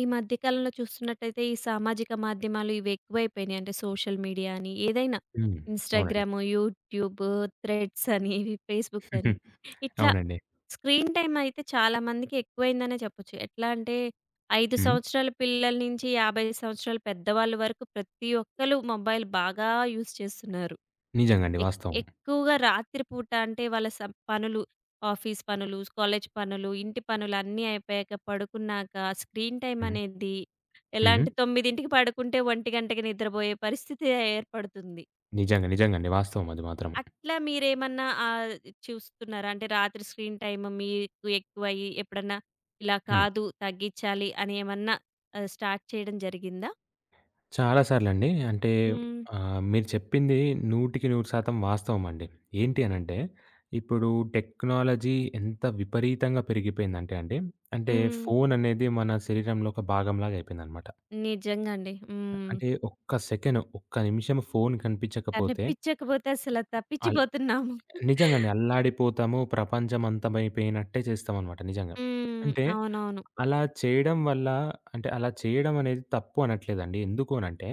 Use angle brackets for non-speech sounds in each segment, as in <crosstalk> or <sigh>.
ఈ మధ్య కాలంలో చూస్తున్నట్టయితే ఈ సామాజిక మాధ్యమాలు ఇవి ఎక్కువైపోయినాయి. అంటే సోషల్ మీడియా అని ఏదైనా హ్మ్. అవునండి. ఇన్‌స్టాగ్రాము, యూట్యూబు, థ్రెడ్స్ అని ఇవి ఫేస్‌బుక్ హుహు. అని ఇట్లా అవునండి. స్క్రీన్ టైమ్ అయితే చాలామందికి ఎక్కువైందనే చెప్పొచ్చు. ఎట్లా అంటే 5 హ్మ్. సంవత్సరాల పిల్లల నుంచి 50 సంవత్సరాల పెద్దవాళ్ళ వరకు ప్రతి ఒక్కళ్ళు మొబైల్ బాగా యూజ్ చేస్తున్నారు. నిజంగండి. ఎక్ వాస్తవం. ఎక్కువగా రాత్రి పూట అంటే వాళ్ళ పనులు, ఆఫీస్ పనులు, కాలేజ్ పనులు, ఇంటి పనులు అన్నీ అయిపోయాక పడుకున్నాక స్క్రీన్ టైమ్ హ్మ్. అనేది ఎలా హ్మ్. అంటే 9కి పడుకుంటే 1 గంటకి నిద్రపోయే పరిస్థితి ఏర్పడుతుంది. నిజంగా. నిజంగండి. వాస్తవం అది మాత్రం. అట్లా మీరేమన్నా చూస్తున్నారా? అంటే రాత్రి స్క్రీన్ టైమ్ మీకు ఎక్కువయ్యి ఎప్పుడన్నా ఇలా హ్మ్. కాదు తగ్గించాలి అని ఏమన్నా స్టార్ట్ చేయడం జరిగిందా? చాలా సార్లండి. అంటే హ్మ్. మీరు చెప్పింది 100% వాస్తవమండి. ఏంటి అనంటే, ఇప్పుడు టెక్నాలజీ ఎంత విపరీతంగా పెరిగిపోయిందంటే అండి, అంటే హ్మ్. ఫోననేది మన శరీరంలో ఒక భాగంలాగా అయిపోయిందనమాట. నిజంగా అండి. హ్మ్. అంటే ఒక్క సెకను, ఒక్క నిమిషం ఫోను కనిపించకపోతే కనిపించకపోతే అసల అల్ తప్పించిపోతున్నాము. నిజంగండి అల్లాడిపోతాము, ప్రపంచం అంతమైపోయినట్టే చేస్తామనమాట నిజంగా. హ్మ్. అంటే అవునవును. అలా చేయడం వల్ల అంటే అలా చేయడం అనేది తప్పు అనట్లేదండి. ఎందుకు అనంటే,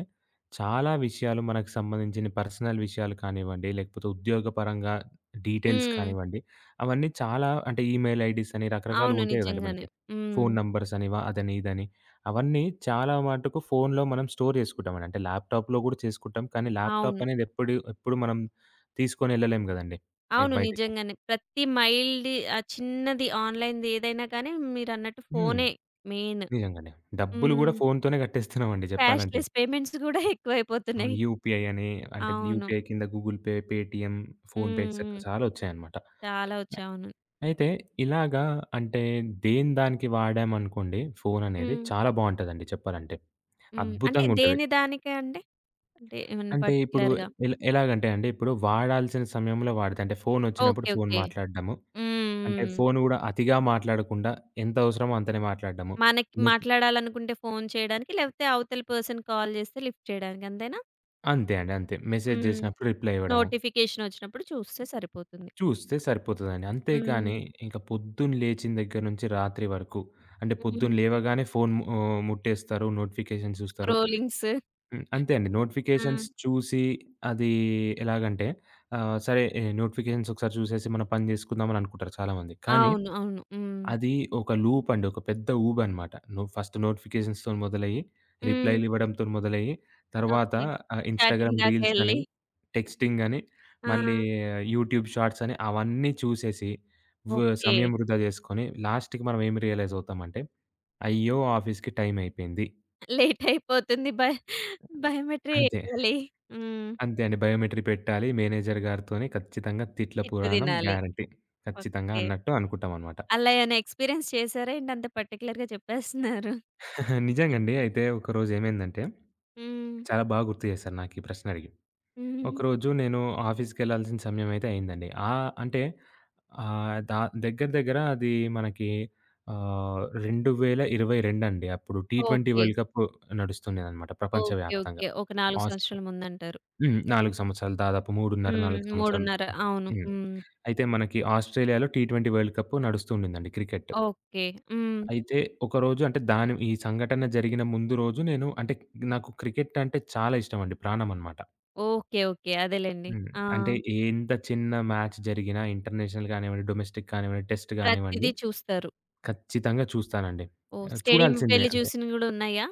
చాలా విషయాలు మనకు సంబంధించిన పర్సనల్ విషయాలు కానివ్వండి, లేకపోతే ఉద్యోగపరంగా డీటెయిల్స్ హ్మ్. కానివ్వండి, అవన్నీ చాలా అంటే ఈమెయిల్ ఐడీస్ అని రకరకాలుగా అవును. ఉంటాయి గదండీ నిజంగానే. మనకి. హ్మ్. ఫోను నంబర్స్ అని, అదని, ఇదని అవన్నీ చాలా మటుకు ఫోనులో మనం స్టోర్ జేసుకుంటామండి. అంటే ల్యాప్‌టాప్‌లో గూడా చేసుకుంటాం. కానీ ల్యాప్‌టాప్ అవును. అనేది ఎప్పుడు మనం తీసుకొనెళ్ళలేం గదండీ! అవును. బయటికి. నిజంగానే. ప్రతి మైల్‌ది చిన్నది ఆన్‌లైన్‌ది ఏదైనా కానీ మీరన్నట్టు హ్మ్. ఫోనే మెయిన్. నిజంగానే. డబ్బులు గూడా హ్మ్. ఫోనుతోనే గట్టేస్తున్నామండి చెప్పాలంటే. క్యాష్‌లెస్ పేమెంట్స్ గూడా <laughs> అవును. ఎక్కువైపోతున్నాయి. యూపీఐ అని అంటే అవును. యూపీఐ కింద గూగుల్ పే, పేటీఎం, ఫోన్‌పే హ్మ్. ఎక్సెట్రా హ్మ్. చాలా వచ్చాయన్నమాట. చాలా అ వచ్చాయి. అవును. అయితే ఇలాగా అంటే దేని దానికి వాడామనుకోండి, ఫోన్ అనేది హ్మ్. చాలా బావుంటదండి చెప్పాలంటే. హ్మ్. అంటే అద్భుతంగుంటది. దేని దానికే అండి? అంటే ఏమన్నా అంటే ఇప్పుడు పర్టిక్యులర్‌గా? ఎలాగంటే అండి ఇప్పుడు వాడాల్సిన సమయంలో వాడితే, అంటే ఫోన్ వచ్చినప్పుడు ఓకే. Phone okay. మాట్లాడడము. హ్మ్. అంటే హ్మ్. ఫోన్ గూడా అతిగా మాట్లాడకుండా ఎంత అవసరమో అంతనే మాట్లాడడము. మనకి మెస్ మాట్లాడాలనుకుంటే ఫోను చేయడానికి, లేకపోతే అవతలి పర్సన్ కాల్ చేస్తే లిఫ్ట్ చేయడానికి అంతేనా? అంతే అండి. అంతే. మెసేజ్ హ్మ్. జేసినప్పుడు రిప్లై ఇవ్వడము. నోటిఫికేషనొచ్చినప్పుడు చూస్తే సరిపోతుంది. చూస్తే సరిపోతదండి. అంతేగాని హ్మ్. ఇంక పొద్దున్న లేచిన దగ్గర నుంచి రాత్రి వరకు, అంటే పొద్దున్న హ్మ్. లేవగానే ఫోను ముట్టేస్తారు. నోటిఫికేషన్స్ చూస్తారు. స్క్రోలింగ్స్. హ్మ్. అంతే అండి. ఆ! నోటిఫికేషన్స్ చూసి అది ఎలాగంటే సరే నోటిఫికేషన్స్ ఒకసారి చూసేసి మన పని చేసుకుందాం అని అనుకుంటారు చాలామంది. కానీ అవును. అవును. హ్మ్. అది ఒక లూప్ అండి. ఒక పెద్ద ఊబ్ అనమాట. నువ్వు ఫస్ట్ నోటిఫికేషన్స్‌తోని మొదలయ్యి, హ్మ్. రిప్లైలు ఇవ్వడంతోని మొదలయ్యి, తర్వాత ఓకే. చాటింగ్ ఇన్‌స్టాగ్రామ్ దాకా రీల్స్ అని, ఎళ్లి. టెక్స్టింగ్ అని, ఆ! మళ్ళీ యూట్యూబ్ షార్ట్స్ అని అవన్నీ చూసేసి, వ్ ఓకే. సమయం వృధా చేసుకొని లాస్ట్‌కి మనం ఏం రియలైజ్ అవుతామంటే, అయ్యో! ఆఫీస్‌కి టైం అయిపోయింది. లేటయిపోతుంది. బయోమెట్రీ అంతే. ఎయ్యాలి. హ్మ్. అంతే అండి. బయోమెట్రీ పెట్టాలి. మేనేజర్ గారితోని ఖచ్చితంగా తిట్ల తిట్లు పురాణం తినాలి. గ్యారంటీ. ఖచ్చితంగా ఓకే. అన్నట్టు అనుకుంటామనమాట. అలా ఏమైనా ఎక్స్‌పీరియన్స్ చేసారా ఏంటి అంత పర్టిక్యులర్‌గా చెప్పేస్తున్నారు? <laughs> నిజంగండి. అయితే ఒకరోజు ఏమైందంటే, హ్మ్. చాలా బాగా గుర్తు చేశారు నాకీ ప్రశ్నడిగి. హ్మ్. ఒకరోజు నేను ఆఫీస్‌కెళ్ళాల్సిన సమయమైతే అయిందండి. అంటే ఆహ్, దా దగ్గర దగ్గర అది మనకి 2022 అండి. అప్పుడు T twenty okay. World cup నడుస్తుండేదనమాట ఓకే. ప్రపంచవ్యాప్తంగా. ఓకే. ఒక 4 ఆస్ సంవత్సరాల ముందంటారు. హ్మ్. అంతేనా? 4 సంవత్సరాలు, దాదాపు 3.5, హ్మ్. 4 సంవత్సరాలు. 3:30 అవును. హ్మ్. హ్మ్. అయితే మనకి ఆస్ట్రేలియాలో టీ ట్వెంటీ వరల్డ్ కప్ నడుస్తూ ఉండిందండి క్రికెట్. ఓకే. హ్మ్. అయితే ఒకరోజు అంటే దాని ఈ సంఘటన జరిగిన ముందు రోజు నేను, అంటే నాకు క్రికెట్ అంటే చాలా ఇష్టమండి. ప్రాణమనమాట. ఓకే. ఓకే. అదేలెండి. హ్మ్. ఆ! అంటే ఎంత చిన్న మ్యాచ్ జరిగినా ఇంటర్నేషనల్ కానివ్వండి, డొమెస్టిక్ కానివ్వండి, టెస్ట్ కానివ్వండి, ప్రతిదీ చూస్తారు. ఖచ్చితంగా చూస్తానండి. ఓహ్! చూడాల్సిందే స్టేడియంకెళ్లి అంతే. చూసినవి గూడా ఉన్నాయా?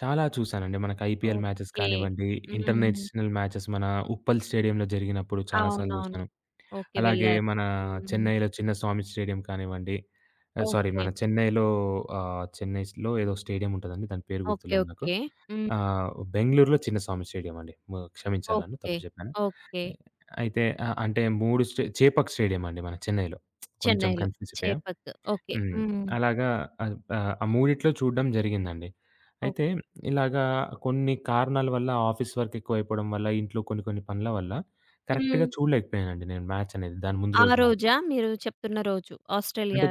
చాలా చూసానండి. మనకు ఐపీఎల్ మ్యాచెస్ ఓకే. కానివ్వండి, హ్మ్. ఇంటర్నేషనల్ మ్యాచెస్ మన ఉప్పల్ స్టేడియంలో జరిగినప్పుడు చాలా సార్లు అవునవును. చూసాను. ఓకే. అలాగే వెళ్లారు. మన హ్మ్. చెన్నైలో చిన్నస్వామి స్టేడియం కానివ్వండి, సారీ, ఓకే. మన చెన్నైలో చెన్నైలో ఏదో స్టేడియం ఉంటదండి. దాని పేరు ఓకే. గుర్తులేదు నాకు. ఓకే. హ్మ్. ఆహ్, బెంగుళూరులో చిన్నస్వామి స్టేడియం అండి. క్షమించాలి నన్ను, ఓకే. తప్పు చెప్పాను. ఓకే. అయితే అంటే 3 స్టే చేపాక్ స్టేడియం అండి మన చెన్నైలో. కొంచెం చెన్నైలో. కన్ఫ్యూజ్ అయిపోయా. చేపక్. ఓకే. హ్మ్. హ్మ్. అలాగా ఆహ్, ఆహ్, ఆ మూడిట్లో చూడడం జరిగిందండి. అయితే ఓకే. ఇలాగా కొన్ని కారణాల వల్ల, ఆఫీస్ వర్క్ ఎక్కువైపోవడం వల్ల, ఇంట్లో కొన్ని కొన్ని పనుల వల్ల హ్మ్. కరెక్ట్‌గా చూడలేకపోయానండి నేను మ్యాచ్ అనేది. దాని ముందు ఆ రోజు మ్యాచ్. రోజా? మీరు చెప్తున్న రోజు అంటే ఆస్ట్రేలియా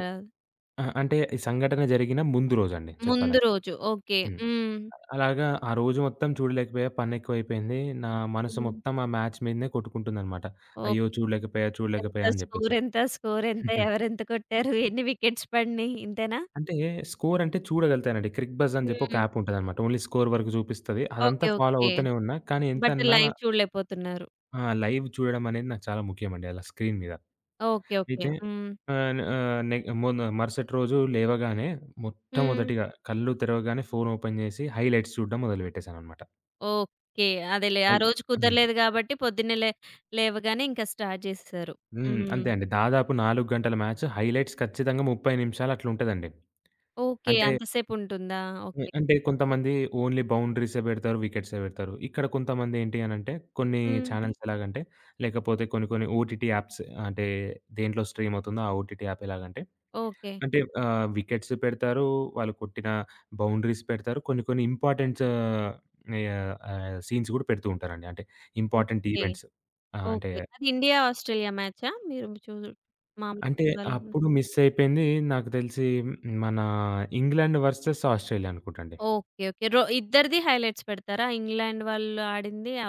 అహా! అంటే ఈ సంఘటన జరిగిన ముందు రోజండి ముందు చెప్పాలంటే. రోజు. ఓకే. హ్మ్. హ్మ్. అలాగా ఆ రోజు మొత్తం చూడలేకపోయా. పనెక్కువైపోయింది. నా మనసు హ్మ్. మొత్తం ఆ మ్యాచ్ మీదనే కొట్టుకుంటుందనమాట. అయ్యో! ఓకే. చూడలేకపోయా, ఎంత చూడలేకపోయా అని స్కోర్ జెప్పేసి. ఎంత? స్కోర్ ఎంత? ఎవరెంత కొట్టారు? ఎన్ని వికెట్స్ పడినియి? ఇంతేనా? అంటే స్కోర్ అంటే చూడగలుగుతానండి. 'క్రిక్ బజ్' అని చెప్పి ఒక హ్మ్. యాప్ ఉంటదనమాట. ఓన్లీ స్కోర్ వరకు చూపిస్తది. అదంతా ఓకే. Follow okay. అవుతూనే ఉన్నా. కానీ బట్ ఎంతన్నా లైవ్ చూడలేకపోతున్నారు. లైవ్ చూడడం అనేది నాకు చాలా ముఖ్యమండి అలా స్క్రీన్ మీద. ఓకే. ఓకే. అయితే హ్మ్. ఆహ్, న ఆహ్, నె మొన్న మరుసటి రోజు లేవగానే హ్మ్. మొట్టమొదటిగా కళ్ళు తెరవగానే ఫోన్ ఓపెన్ చేసి హైలైట్స్ చూడడం మొదలుపెట్టేసాననమాట. ఓకే. అదేలే. ఆ హై రోజు హ్మ్. కుదరలేదు గాబట్టి పొద్దున్నే లేవగానే ఇంకా స్టార్ట్ జేసేసారు. హ్మ్. హ్మ్. అంతే అండి. దాదాపు 4 గంటల మ్యాచ్ హైలైట్స్ ఖచ్చితంగా 30 నిమిషాలు అట్లుంటదండి. ఓకే. అంటే అంత సేపుంటుందా? హ్మ్. ఓకే. అంటే కొంతమంది ఓన్లీ బౌండరీసే బెడతారు. వికెట్సే బెడతారు. ఇక్కడ కొంతమంది ఏంటి అనంటే, కొన్ని హ్మ్. ఛానెల్స్ ఎలాగంటే, లేకపోతే కొన్ని కొన్ని ఓటీటీ యాప్స్, అంటే దేంట్లో స్ట్రీమ్ అవుతుందో ఆ ఓటీటీ యాప్ ఎలాగంటే, ఓకే. అంటే వికెట్స్ పెడతారు. వాళ్ళు కొట్టిన బౌండరీస్ పెడతారు. కొన్ని కొన్ని ఇంపార్టెంట్స్ ఆహ్, ఆహ్, సీన్స్ గూడా పెడుతూ ఉంటారండి. అంటే ఇంపార్టెంట్ ఓకే. ఈవెంట్స్. ఆ! అంటే ఓకే. అది ఇండియా, ఆస్ట్రేలియా మ్యాచా? మీరు చూ మామూలుగా అంటే చూడాలి. అప్పుడు మిస్ అయిపోయింది. నాకు తెలిసి మన ఇంగ్లాండ్ వర్సెస్ ఆస్ట్రేలియా అనుకుంటండి. ఓకే. ఓకే. రొ ఇద్దరిది హైలైట్స్ పెడతారా? ఇంగ్లాండ్ వాళ్ళు ఆడింది, ఆ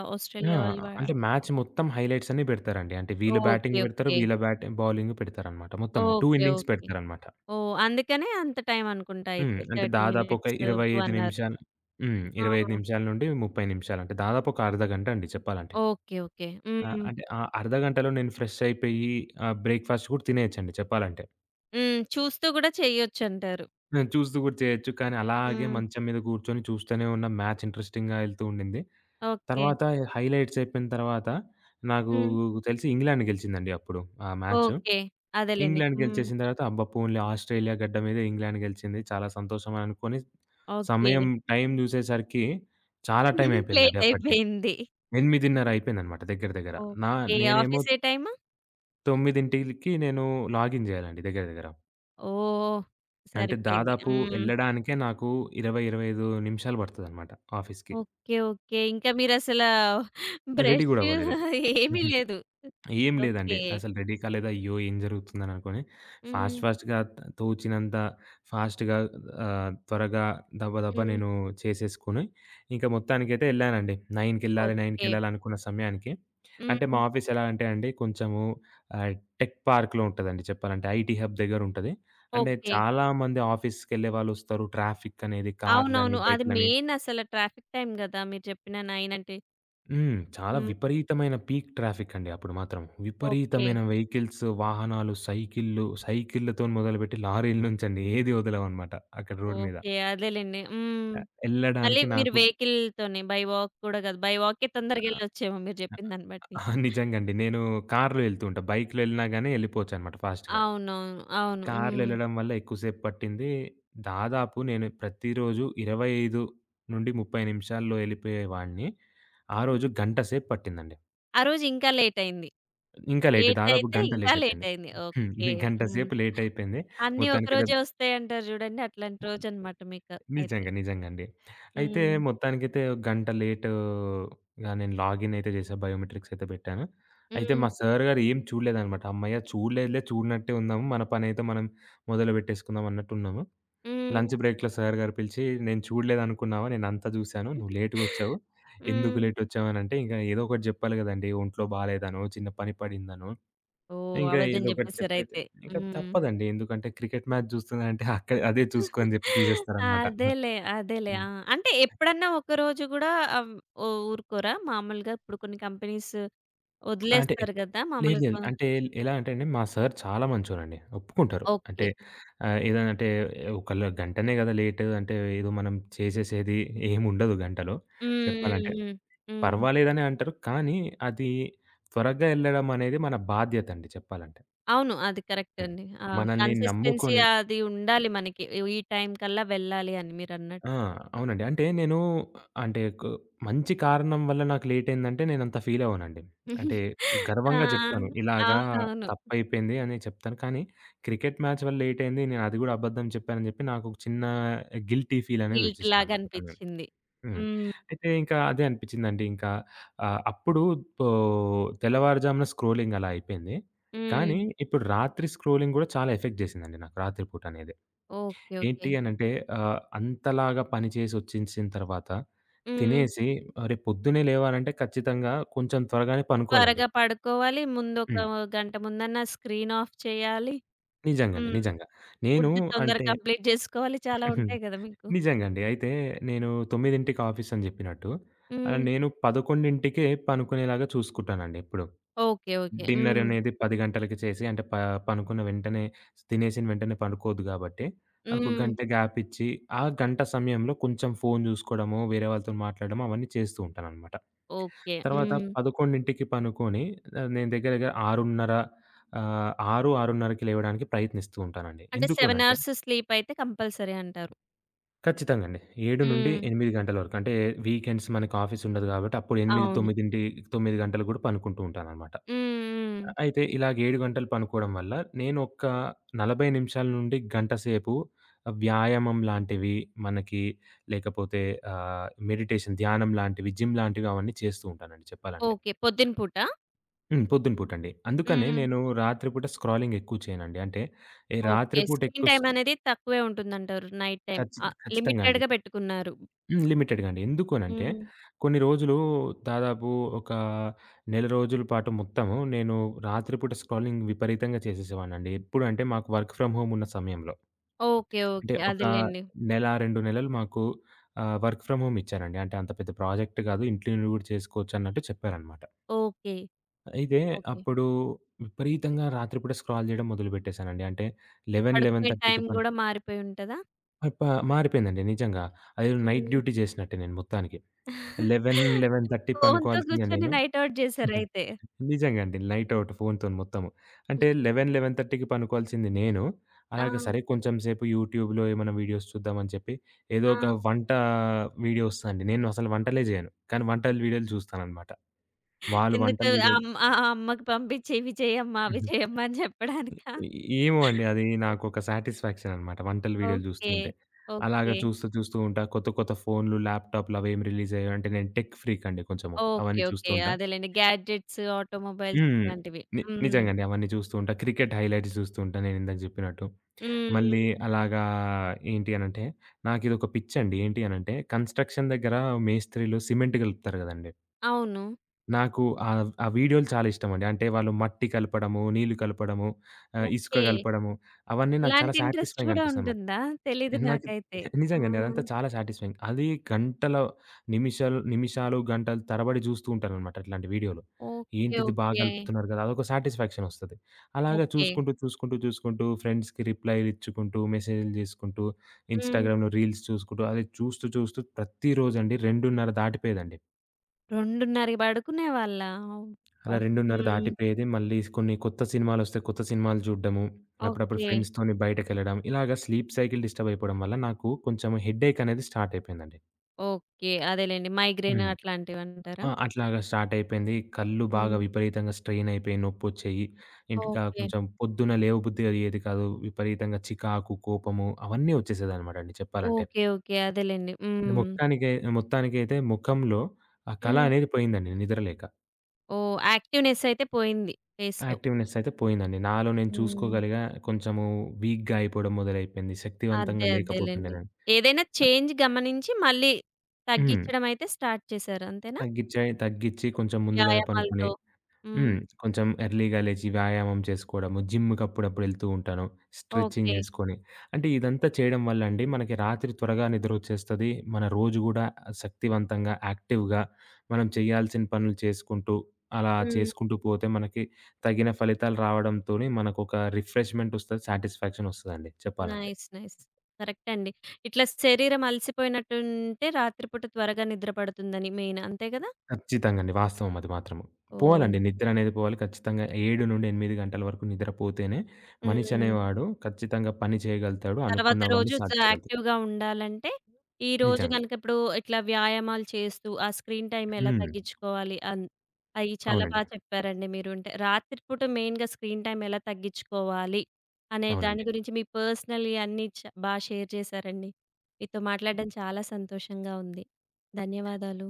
ఆ! ఆస్ట్రేలియా వాళ్ళు వా అంటే మ్యాచ్ మొత్తం హైలైట్స్ అన్నీ పెడతారండి. అంటే వీళ్ళు ఓకే. బ్యాటింగ్ పెడతారు, ఓకే. వీళ్ళ బ్యాట్ బౌలింగ్ పెడతారనమాట. మొత్తం 2 ఓకే. Innings okay. పెడతారనమాట. ఓహ్! అందుకనే అంత టైం అనుకుంటా అయితే. హ్మ్. అంటే 30 దాదాపు ఒక మినిట్స్ టు 1 25 అవర్. నిమిషాలు. హ్మ్. ఆ! 25 నిమిషాల నుండి 30 నిమిషాలు. అంటే దాదాపు ఒక అర్ధ గంట అండి చెప్పాలంటే. ఓకే. ఓకే. హ్మ్. అంటే ఆ అర్ధ గంటలో నేను ఫ్రెష్ అయిపోయి బ్రేక్‌ఫాస్ట్ కూడా తినేయొచ్చండి చెప్పాలంటే. హ్మ్. చూస్తూ గూడా చెయ్యొచ్చంటారు. నేను చూస్తూ కూడా చేయొచ్చు. కానీ అలాగే హ్మ్. మంచం మీద కూర్చొని చూస్తూనే ఉన్న మ్యాచ్ ఇంట్రెస్టింగ్‌గా వెళ్తూ ఉండింది. ఓకే. తర్వాత హైలైట్స్ అయిపోయిన తర్వాత నాకు హ్మ్. తెలిసి ఇంగ్లాండ్ గెలిచిందండి అప్పుడు ఆ మ్యాచ్. ఓకే. అదేలెండి. ఇంగ్లాండ్ హ్మ్. గెలిచేసిన తర్వాత అబ్బా! పోన్లే, ఆస్ట్రేలియా గడ్డ మీద ఇంగ్లాండ్ గెలిచింది, చాలా సంతోషం అని అనుకోని ఓకే. సమయం టైం చూసేసరికి చాలా టైం <laughs> అయిపోయిందండి లేట్ అప్పటికి. అయిపోయింది. 8:30 అయిపోయిందనమాట దగ్గర దగ్గర. నా ఓకే. నేనేమో ఆఫీస్ ఏ టైము? 9కి నేను లాగిన్ చేయాలండి దగ్గర దగ్గర. ఓహ్! అంటే సరిపోయింది. దాదాపు హ్మ్. ఎళ్ళడానికే నాకు 20, 25 నిమిషాలు పడతదనమాట ఆఫీస్‌కి. ఓకే. ఓకే. ఇంకా మీరసలా రెడీ బ్రష్ గూడా అవ్వలేదు. ఏమీ లేదు. ఏం ఓకే. లేదండి. అసలు రెడీ కాలేదు. అయ్యో! ఏం జరుగుతుందని అనుకోని హ్మ్. ఫాస్ట్ ఫాస్ట్‌గా, తోచినంత ఫాస్ట్‌గా, త్వరగా, దబ దబా హ్మ్. నేను చేసేసుకొని ఇంకా మొత్తానికైతే ఎళ్ళానండి. 9కెళ్ళాలి, ఓకే. 9కెళ్ళాలి అనుకున్న సమయానికి. హ్మ్. అంటే మా ఆఫీస్ ఎలా అంటే అండి కొంచెము ఆహ్, టెక్ పార్క్‌లో ఉంటదండి చెప్పాలంటే. ఐటీ హబ్ దగ్గరుంటది. అంటే ఓకే. చాలా మంది ఆఫీస్‌కెళ్ళే వాళ్ళొస్తారు. ట్రాఫిక్ అనేది, కార్లని, అవునవును. అది బైక్‌లని. మెయిన్ అసల ట్రాఫిక్ టైమ్ గదా! మీరు చెప్పిన 9 అంటే. హ్మ్. చాలా హ్మ్. విపరీతమైన పీక్ ట్రాఫిక్ అండి అప్పుడు మాత్రం. ఓకే. విపరీతమైన వెహికల్స్, వాహనాలు, సైకిల్లు, సైకిల్లతోని మొదలుపెట్టి లారీల నుంచండి ఏది వదలవనమాట అక్కడ రోడ్ మీద. ఓకే. అదేలెండి. హ్మ్. మళ్ళీ ఎళ్ళడానికి మీరు నాకు వెహికల్‌తోనే బై వాక్ కూడా గాదు. బై వాకే తొందరగెళ్ళొచ్చేమో మీరు జెప్పిన దాన్ని బట్టి. నిజంగండి. నేను కార్‌లో ఎళ్తూ ఉంటా. బైక్‌లో ఎళ్ళినా గాని ఎళ్ళిపోవచ్చనమాట ఫాస్ట్‌గా. అవునవును. అవును. కార్‌లో హ్మ్. ఎళ్ళడం వల్ల ఎక్కువ సేపు పట్టింది. దాదాపు నేను ప్రతిరోజు 25 నుండి 30 నిమిషాల్లో ఎళ్ళిపోయేవాడిని. ఆ రోజు గంట సేపు పట్టిందండి. ఆ రోజు ఇంకా లేటయింది. ఇంకా లేట్. దాదాపు లేటయితే గంట ఇంకా లేట్ అయిపోయింది. లేటయింది. హ్మ్. ఓకే. <laughs> గంట హ్మ్. సేపు లేట్ అయిపోయింది. అన్నీ మొత్తానికైతే ఒకరోజే వస్తాయంటారు జూడండి. అట్లాంటి రోజనమాట మీకు అయితే. నిజంగా. నిజంగా అండి. అయితే హ్మ్. మొత్తానికైతే గంట లేట్‌గా నేను లాగిన్ అయితే చేశా. బయోమెట్రిక్స్ అయితే పెట్టాను. అయితే హ్మ్. మా సార్ గారు ఏం చూడలేదనమాట. హమ్మయ్య! చూడలేదులే, చూడనట్టే ఉందాము, మన పనైతే మనం మొదలు పెట్టేసుకుందాం అన్నట్టున్నాము. హ్మ్. లంచ్ బ్రేక్‌లో సార్ గారు పిలిచి, "నేను చూడలేదనుకున్నావా? నేనంతా చూశాను. నువ్వు లేట్‌గొచ్చావు. హ్మ్. ఎందుకు లేటొచ్చావు" అనంటే, "ఇంక ఏదో ఒకటి చెప్పాలి కదండీ! ఒంట్లో బాలేదనో, చిన్న పని పడిందనో". ఓహ్! ఇంకా అబద్ధం ఇదొకటి చెప్పైతే. జెప్పేసారయితే. ఇంకా హ్మ్. తప్పదండి. ఎందుకంటే క్రికెట్ మ్యాచ్ చూస్తున్నానంటే అక్కడే అదే చూసుకో అని చెప్పి తీసేస్తారనమాట. అదేలే. అదేలే. ఆ! హ్మ్. అంటే ఎప్పుడన్నా ఒకరోజు గూడా ఆహ్, ఊరుకోరా? మామూలుగా ఇప్పుడు కొన్ని కంపెనీస్ అంటే ఎప్ వదిలేస్తారు గదా! లేదు మామూలుగా లేదు. కొ. అంటే ఎలా అంటే అండి, మా సార్ చాలా మంచోరండి. ఒప్పుకుంటారు. అంటే ఓకే. ఏదైనా అంటే ఒకళ్ళ గంటనే కదా లేట్ అంటే ఏదో మనం చేసేసేది ఏముండదు గంటలో హ్మ్. హ్మ్. చెప్పాలంటే. హ్మ్. హ్మ్. పర్వాలేదనే అంటారు. కానీ అది త్వరగా ఎళ్ళడం అనేది మన బాధ్యత అండి చెప్పాలంటే. అవును. అది కరెక్ట్ హ్మ్. అండి. ఆ! మనల్ని కన్సిస్టెన్సీ నమ్ముకొని. అది ఉండాలి మనకి. ఈ టైం కల్లా వెళ్ళాలి అని ఆ! మీరన్నట్టు. అవునండి. అంటే నేను, అంటే కు మంచి కారణం వల్ల నాకు లేట్ అయిందంటే నేనంత ఫీల్ అవ్వనండి. అంటే ఆ! గర్వంగా చెప్తాను. ఇలాగా అవునవును. తప్పైపోయింది అని చెప్తాను. కానీ క్రికెట్ మ్యాచ్ వల్ల లేట్ అయింది. నేను అది కూడా అబద్ధం చెప్పానని చెప్పి నాకు ఒక చిన్న గిల్టీ ఫీల్ అనేది గిల్ట్‌లాగా వచ్చేసిందనమాట. సమయం. అనిపిచ్చింది. హ్మ్. హ్మ్. అయితే ఇంకా అదే అనిపించిందండి ఇంకా అప్పుడు పో తెల్లవారుజామున స్క్రోలింగ్ అలా అయిపోయింది. హ్మ్. కానీ ఇప్పుడు రాత్రి స్క్రోలింగ్ కూడా చాలా ఎఫెక్ట్ చేసిందండి నాకు రాత్రి పూట అనేది. ఓకే. ఓకే. ఏంటి అనంటే అంతలాగా పని చేసి వచ్చేసిన తర్వాత హ్మ్. తినేసి, రేపు పొద్దున్నే లేవాలంటే ఖచ్చితంగా కొంచెం త్వరగానే పనుకోవాలండి. త్వరగా పడుకోవాలి. ముందొక హ్మ్. గంట ముందన్నా స్క్రీన్ ఆఫ్ చేయాలి. నిజంగండి. హ్మ్. నిజంగా. నేను ఫుడ్ తొందరగా అంటే కంప్లీట్ జేసుకోవాలి. చాలా <laughs> ఉంటాయి గదా మీకు. నిజంగండి. అయితే నేను 9కి ఆఫీస్ అని జెప్పినట్టు, హ్మ్. నేను 11కే పనుకునేలాగా చూసుకుంటానండి ఎప్పుడు. ఓకే. ఓకే. డిన్నర్ హ్మ్. అనేది 10 గంటలకి చేసి, అంటే పనుకున్న వెంటనే, తినేసిన వెంటనే పనుకోవద్దు గాబట్టి, ఒక హ్మ్. గంట గ్యాప్ ఇచ్చి, ఆ గంట సమయంలో కొంచెం ఫోను జూసుకోవడము, వేరే వాళ్ళతో మాట్లాడడం అవన్నీ చేస్తూ ఉంటాననమాట. ఓకే. తర్వాత హ్మ్. 11కి పనుకొని నేను దగ్గర దగ్గర 6:30, 6, 6:30కి లేవడానికి ప్రయత్నిస్తూ ఉంటానండి. అంటే ఎందుకు 7 అనంటే. అవర్స్ స్లీప్ అయితే కంపల్సరీ అంటారు. ఖచ్చితంగా అండి. 7 నుండి హ్మ్. 8 గంటల వరకు. అంటే వీకెండ్స్ మనకి ఆఫీస్ ఉండదు గాబట్టి అప్పుడు 8, అవును. 9 తొమ్మిది గంటలకు గూడా పనుకుంటూ ఉంటాననమాట. హ్మ్. హ్మ్. అయితే ఇలాగ 7 గంటలు పనుకోవడం వల్ల నేను ఒక 40 నిమిషాల నుండి గంట సేపు వ్యాయామం లాంటివి మనకి లేకపోతే మెడిటేషన్, ధ్యానం లాంటివి, జిమ్ లాంటివి అవన్నీ చేస్తూ ఉంటానండి చెప్పాలంటే. ఓకే. పొద్దున పూటా? హ్మ్. పొద్దున పూటండి. అందుకనే హ్మ్. నేను రాత్రి పూట స్క్రాలింగ్ ఎక్కువ చేయనండి. అంటే ఏ రాత్రి ఓకే. పూట స్క్రీన్ ఎక్కువ టైమ్ స్క్ అనేది తక్కువే ఉంటుందంటారు నైట్ టైమ్. ఖచ్చి ఖచ్చితంగా అండి. లిమిటెడ్‌గా పెట్టుకున్నారు. హ్మ్. లిమిటెడ్‌గా అండి. ఎందుకు అనంటే, హ్మ్. కొన్ని రోజులు, దాదాపు ఒక నెల రోజుల పాటు మొత్తము నేను రాత్రిపూట స్క్రాలింగ్ విపరీతంగా చేసేసేవాడినండి. ఎప్పుడంటే మాకు వర్క్ ఫ్రమ్ హోమ్ ఉన్న సమయంలో. ఓకే. అంటే ఓకే. ఒక అదేలెండి. నెల, 2 నెలలు మాకు వర్క్ ఫ్రమ్ హోమ్ ఇచ్చారండి. అంటే అంత పెద్ద ప్రాజెక్ట్ కాదు. ఇంట్లో నుండి కూడా చేసుకోవచ్చు అన్నట్టు చెప్పారనమాట. ఓకే. అయితే ఓకే. అప్పుడు విపరీతంగా రాత్రిపూట స్క్రాల్ చేయడం మొదలుపెట్టేసానండి. అంటే 11, పడుకునే 11:30కి టైం పనుకు గూడా మారిపోయి ఉంటదా? ప మారిపోయిందండి నిజంగా. అదేదో నైట్ హ్మ్. డ్యూటీ చేసినట్టే నేను మొత్తానికి. లెవెన్ <laughs> 11:30 ఫోన్‌తో పనుకోవాల్సిందే కూర్చొని నేను. నైట్ ఔట్ <laughs> జేశారయితే. నిజంగా అండి. నైట్ అవుట్ ఫోన్‌తోని మొత్తము. అంటే హ్మ్. 11, 11:30కి పనుకోవాల్సింది నేను. ఆ! అలాగ సరే కొంచెం సేపు యూట్యూబ్‌లో ఏమైనా వీడియోస్ చూద్దామని చెప్పి ఏదో ఆ! ఒక వంట వీడియో వస్తదండి. నేను అసలు వంటలే చేయను. కానీ వంటల వీడియోలు చూస్తాననమాట. వాళ్ళు వంటల ఎందుకు ఆ వీడియోలు. అమ్ ఆ అమ్మకి పంపించి ఇవి చెయ్యమ్మా, అవి <laughs> చెయ్యమ్మా అని చెప్పడానికా? ఏమో అండి, అది నాకొక సాటిస్ఫాక్షన్ అనమాట, వంటల వీడియోలు చూస్తూ ఓకే. ఉంటే. అలాగా ఓకే. చూస్తూ చూస్తూ ఉంటా. కొత్త కొత్త ఫోన్‌లు, ల్యాప్‌టాప్‌లు అవేం రిలీజ్ అయ్యాయి అంటే నేను టెక్ ఫ్రీక్ అండి కొంచెము. ఓకే. అవన్నీ చూస్తూ ఓకే. ఉంటా. అదేలెండి. గ్యాడ్జెట్స్, ఆటోమొబైల్స్ హ్మ్. ఇట్లాంటివి. హ్మ్. నిజంగానే అవన్నీ చూస్తూ ఉంటా. క్రికెట్ హైలైట్స్ చూస్తూ ఉంటా నేనిందాక జెప్పినట్టు. హ్మ్. మళ్ళీ అలాగా ఏంటి అనంటే, నాకిదొక పిచ్చండి. ఏంటి అనంటే, కన్‌స్ట్రక్షన్ దగ్గర మేస్త్రీలు సిమెంట్ గలుపుతారు గదండీ! అవును. నాకు ఆ వీడియోలు చాలా ఇష్టమండి. అంటే వాళ్ళు మట్టి కలపడము, నీళ్లు కలపడము, ఇసుక ఓకే. కలపడము అవన్నీ నాకు చాలా ఇలాంటి ఇంట్రెస్ట్ సాటిస్ఫైయింగ్ గూడా అనిపిస్తదనమాట. ఉంటుందా? తెలీదు నాకు నాకైతే. ఆ! నిజంగానే అదంతా చాలా సాటిస్ఫైయింగ్. అది గంటల నిమిషాలు నిమిషాలు, గంటలు తరబడి జూస్తూ ఉంటాననమాట అట్లాంటి వీడియోలు. ఓకే. ఏంటిది బాగా ఓకే. కలుపుతున్నారు గదా! అదొక సాటిస్ఫాక్షన్ ఒస్తది. అలాగా ఓకే. చూసుకుంటూ, చూసుకుంటూ, చూసుకుంటూ ఫ్రెండ్స్‌కి రిప్లైలు ఇచ్చుకుంటూ, మెసేజ్‌లు జేసుకుంటూ, హ్మ్. ఇన్‌స్టాగ్రామ్‌లో రీల్స్ చూసుకుంటూ, అది చూస్తూ, చూస్తూ ప్రతిరోజండి 2:30 దాటిపోయేదండి. 2:30కి పడుకునేవాళ్ళా? అబ్బా! అలా 2:30 హ్మ్. దాటిపోయేది. మళ్ళీ కొన్ని కొత్త సినిమాలొస్తే కొత్త సినిమాలు చూడడము, అప్పుడప్పుడు ఓకే. ఫ్రెండ్స్‌తోని బయటకెళ్ళడం, ఇలాగ స్లీప్ సైకిల్ డిస్టర్బ్ అయిపోవడం వల్ల నాకు కొంచెం హెడ్‌ఏక్ అనేది స్టార్ట్ అయిపోయిందండి. ఓకే. అదేలెండి. మైగ్రేన్ హ్మ్. అట్లాంటివంటారా? ఆ! అట్లాగా స్టార్ట్ అయిపోయింది. కళ్ళు బాగా హ్మ్. విపరీతంగా స్ట్రెయిన్ అయిపోయి నొప్పొచ్చేయి. ఇంకా ఓకే. కొంచెం పొద్దున లేవబుద్ధి అయ్యేది కాదు. విపరీతంగా చికాకు, కోపము అవన్నీ వచ్చేసేదనమాట అండి చెప్పాలంటే. ఓకే. ఓకే. అదేలెండి. హ్మ్. మొత్తానికై మొత్తానికైతే ముఖంలో ఆ కళ హ్మ్. అనేది పోయిందండి నిద్ర లేక. ఓహ్! యాక్టివ్‌నెస్ అయితే పోయింది ఫేస్‌లో. యాక్టివ్‌నెస్ అయితే పోయిందండి. నాలో నేను హ్మ్. చూసుకోగలిగా. కొంచెము వీక్‌గా అయిపోవడం మొదలైపోయింది. శక్తివంతంగా అదే. లేకపోతుండే అదేలెండి. నేను. ఏదైనా అ చేంజ్ గమనించి మళ్ళీ హ్మ్. తగ్గిచ్చడమయితే స్టార్ట్ చేశారు. అంతేనా? తగ్గిచ్చాయి, తగ్గిచ్చి కొంచెం ముందుగానే పనుకుని. వ్యాయామాలతో. హ్మ్. హ్మ్. కొంచెం ఎర్లీ‌గా లేచి వ్యాయామం చేసుకోవడము, జిమ్‌కి అప్పుడప్పుడు ఎళ్తూ ఉంటాను. Stretching okay. చేసుకొని. అంటే ఇదంతా చేయడం వల్ల అండి మనకి రాత్రి త్వరగా నిద్రొచ్చేస్తది. మన రోజు గూడా శక్తివంతంగా, యాక్టివ్‌గా మనం చేయాల్సిన పనులు చేసుకుంటూ, అలా హ్మ్. చేసుకుంటూ పోతే మనకి తగిన ఫలితాలు రావడంతోని మనకొక రిఫ్రెష్‌మెంట్ ఒస్తది. సాటిస్ఫాక్షన్ ఒస్తదండి చెప్పాలంటే. నైస్. నైస్. కరెక్టే అండి. ఇట్లా శరీరం అలసిపోయినట్టుంటే రాత్రి పూట త్వరగా నిద్ర పడుతుందని మెయిన్ అంతే గదా? ఖచ్చితంగండి. వాస్తవం అది మాత్రము. ఓహ్! పోవాలండి. హ్మ్. నిద్ర అనేది పోవాలి. ఖచ్చితంగా 7-8 గంటల వరకు నిద్ర పోతేనే మనిషి హ్మ్. అనేవాడు ఖచ్చితంగా పని చేయగలుగుతాడు. తర్వాత అనుకున్నవన్నీ రోజు సాధించగలుగుతాడు. యాక్టివ్‌గా ఉండాలంటే, ఈ రోజు నిజంగా. గనక ఇప్పుడు ఇట్లా వ్యాయామాలు చేస్తూ, ఆ స్క్రీన్ టైమ్ ఎలా హ్మ్. తగ్గించుకోవాలి అయి చాలా అవునండి. చెప్పారండి మీరు. అంటే రాత్రి పూట మెయిన్‌గా స్క్రీన్ టైమ్ ఎలా తగ్గించుకోవాలి, అనే దాని అవునండి. గురించి మీ పర్సనల్‌వి అన్నీ బా షేర్ చేశారండి. మీతో మాట్లాడడం చాలా సంతోషంగా ఉంది. ధన్యవాదాలు.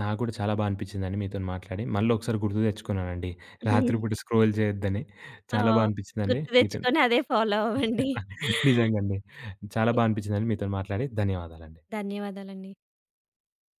నాకు కూడా చాలా బా అనిపించిందండి మీతోని మాట్లాడి. మళ్ళీ ఒకసారి గుర్తు తెచ్చుకున్నానండి. రాత్రిపూట <laughs> స్క్రోల్ చేయొద్దని. ఆ! చాలా బా అనిపించిందండి గుర్తు మీతోని. తెచ్చుకొని అదే ఫాలో అవ్వండి. నిజంగండి. <laughs> చాలా బా అనిపించిందండి మీతోని మాట్లాడి. ధన్యవాదాలండి. ధన్యవాదాలండి.